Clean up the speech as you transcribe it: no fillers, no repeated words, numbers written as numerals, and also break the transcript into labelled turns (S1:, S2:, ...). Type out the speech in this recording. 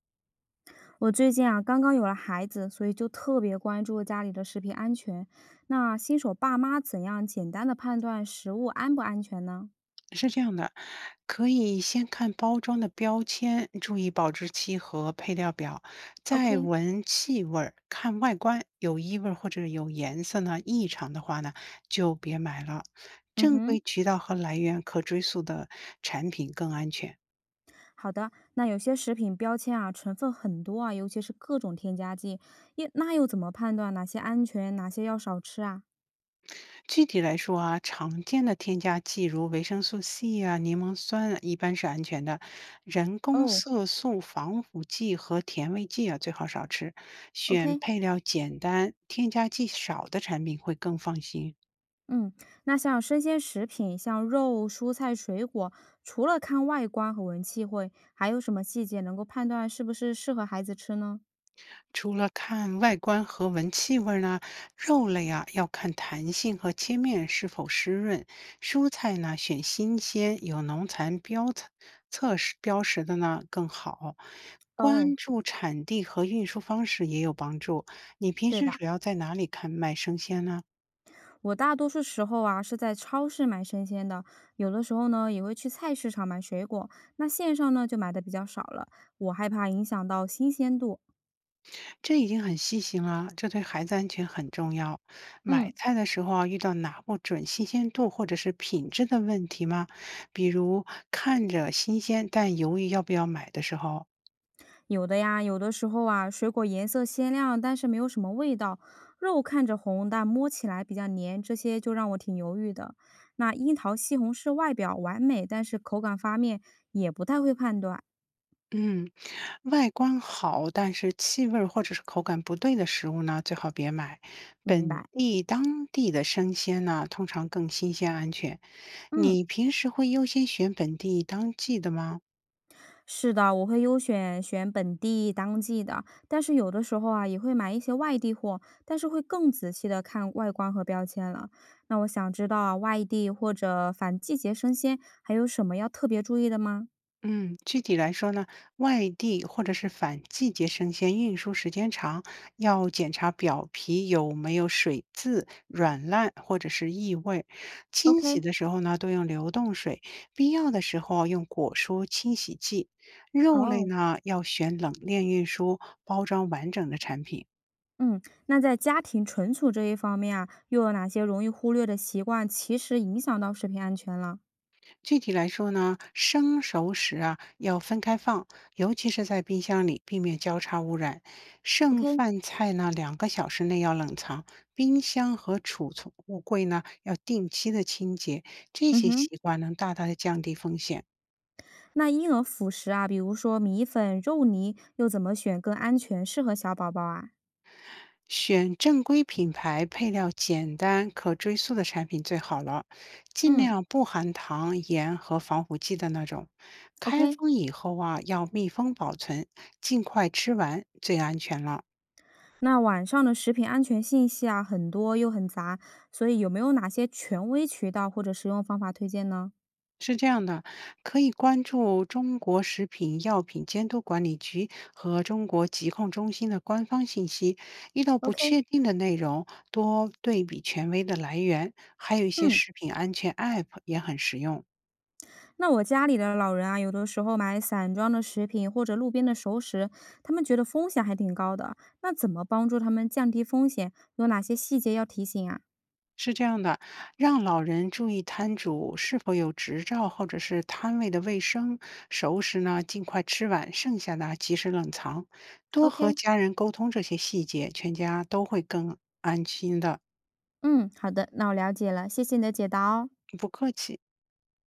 S1: 我最近啊，刚刚有了孩子，所以就特别关注家里的食品安全。那新手爸妈怎样简单的判断食物安不安全呢
S2: 是这样的，可以先看包装的标签，注意保质期和配料表，再
S1: ？OK。
S2: 闻气味儿，看外观，有异味儿或者有颜色呢异常的话呢，就别买了。
S1: 嗯
S2: 正规
S1: 哼。
S2: 渠道和来源可追溯的产品更安全。
S1: 好的。那有些食品标签啊，成分很多啊，尤其是各种添加剂，又怎么判断哪些安全，哪些要少吃啊？
S2: 具体来说啊，常见的添加剂如维生素 C 啊、柠檬酸啊一般是安全的，人工
S1: 哦
S2: 色素、防腐剂和甜味剂啊最好少吃，选
S1: ，OK。
S2: 配料简单、添加剂少的产品会更放心。
S1: 嗯。那像生鲜食品，像肉、蔬菜、水果，除了看外观和闻气味，还有什么细节能够判断是不是适合孩子吃呢？
S2: 除了看外观和闻气味儿呢，肉类啊要看弹性和切面是否湿润，蔬菜呢选新鲜、有农残标测标识的呢更好。
S1: 哦，
S2: 关注产地和运输方式也有帮助。你平
S1: 对
S2: 时
S1: 的，
S2: 主要在哪里看卖生鲜呢？
S1: 我大多数时候啊是在超市买生鲜的，有的时候呢也会去菜市场买水果。那线上呢就买的比较少了，我害怕影响到新鲜度。
S2: 这已经很细心了，这对孩子安全很重要。买
S1: 嗯。
S2: 菜的时候啊，遇到拿不准新鲜度或者是品质的问题吗？比如看着新鲜，但犹豫要不要买的时候，
S1: 有的呀，有的时候啊，水果颜色鲜亮，但是没有什么味道，肉看着红，但摸起来比较黏，这些就让我挺犹豫的。那樱桃、西红柿外表完美，但是口感方面也不太会判断。
S2: 嗯，外观好，但是气味儿或者是口感不对的食物呢，最好别买。
S1: 明
S2: 本
S1: 白。
S2: 地当地的生鲜呢，通常更新鲜安全。
S1: 嗯。
S2: 你平时会优先选本地当季的吗？
S1: 是的，我会优选本地当季的，但是有的时候啊，也会买一些外地货，但是会更仔细的看外观和标签了。那我想知道啊，外地或者反季节生鲜还有什么要特别注意的吗
S2: 嗯，具体来说呢，外地或者是反季节生鲜运输时间长，要检查表皮有没有水渍、软烂或者是异味。清洗
S1: ？OK。
S2: 的时候呢，多用流动水，必要的时候啊用果蔬清洗剂。肉类
S1: 哦。
S2: 呢，要选冷链运输，包装完整的产品。
S1: 嗯。那在家庭存储这一方面啊，又有哪些容易忽略的习惯，其实影响到食品安全了
S2: 具体来说呢，生熟食啊要分开放，尤其是在冰箱里，避免交叉污染。
S1: ？OK。
S2: 剩饭菜呢，2个小时内要冷藏，冰箱和储存物柜呢要定期的清洁。这
S1: 嗯
S2: 些
S1: 哼。
S2: 习惯能大大的降低风险。
S1: 那婴儿辅食啊，比如说米粉、肉泥，又怎么选更安全，适合小宝宝啊？
S2: 选正规品牌、配料简单、可追溯的产品最好了，尽
S1: 嗯
S2: 量不含糖、盐和防腐剂的那种。开
S1: ，OK。
S2: 封以后啊，要密封保存，尽快吃完最安全了。
S1: 那网上的食品安全信息啊，很多又很杂，所以有没有哪些权威渠道或者食用方法推荐呢
S2: 是这样的，可以关注中国食品药品监督管理局和中国疾控中心的官方信息。遇到不
S1: ？OK。
S2: 确定的内容，多对比权威的来源，还有一些
S1: 嗯。
S2: 食品安全 App 也很实用。
S1: 那我家里的老人啊，有的时候买散装的食品或者路边的熟食，他们觉得风险还挺高的。那怎么帮助他们降低风险？有哪些细节要提醒啊
S2: 是这样的，让老人注意摊主是否有执照或者是摊位的卫生，熟食呢尽快吃完，剩下的及时冷藏，多和
S1: ？OK。
S2: 家人沟通这些细节，全家都会更安心的。
S1: 嗯，好的，那我了解了，谢谢你的解答哦。
S2: 不客气。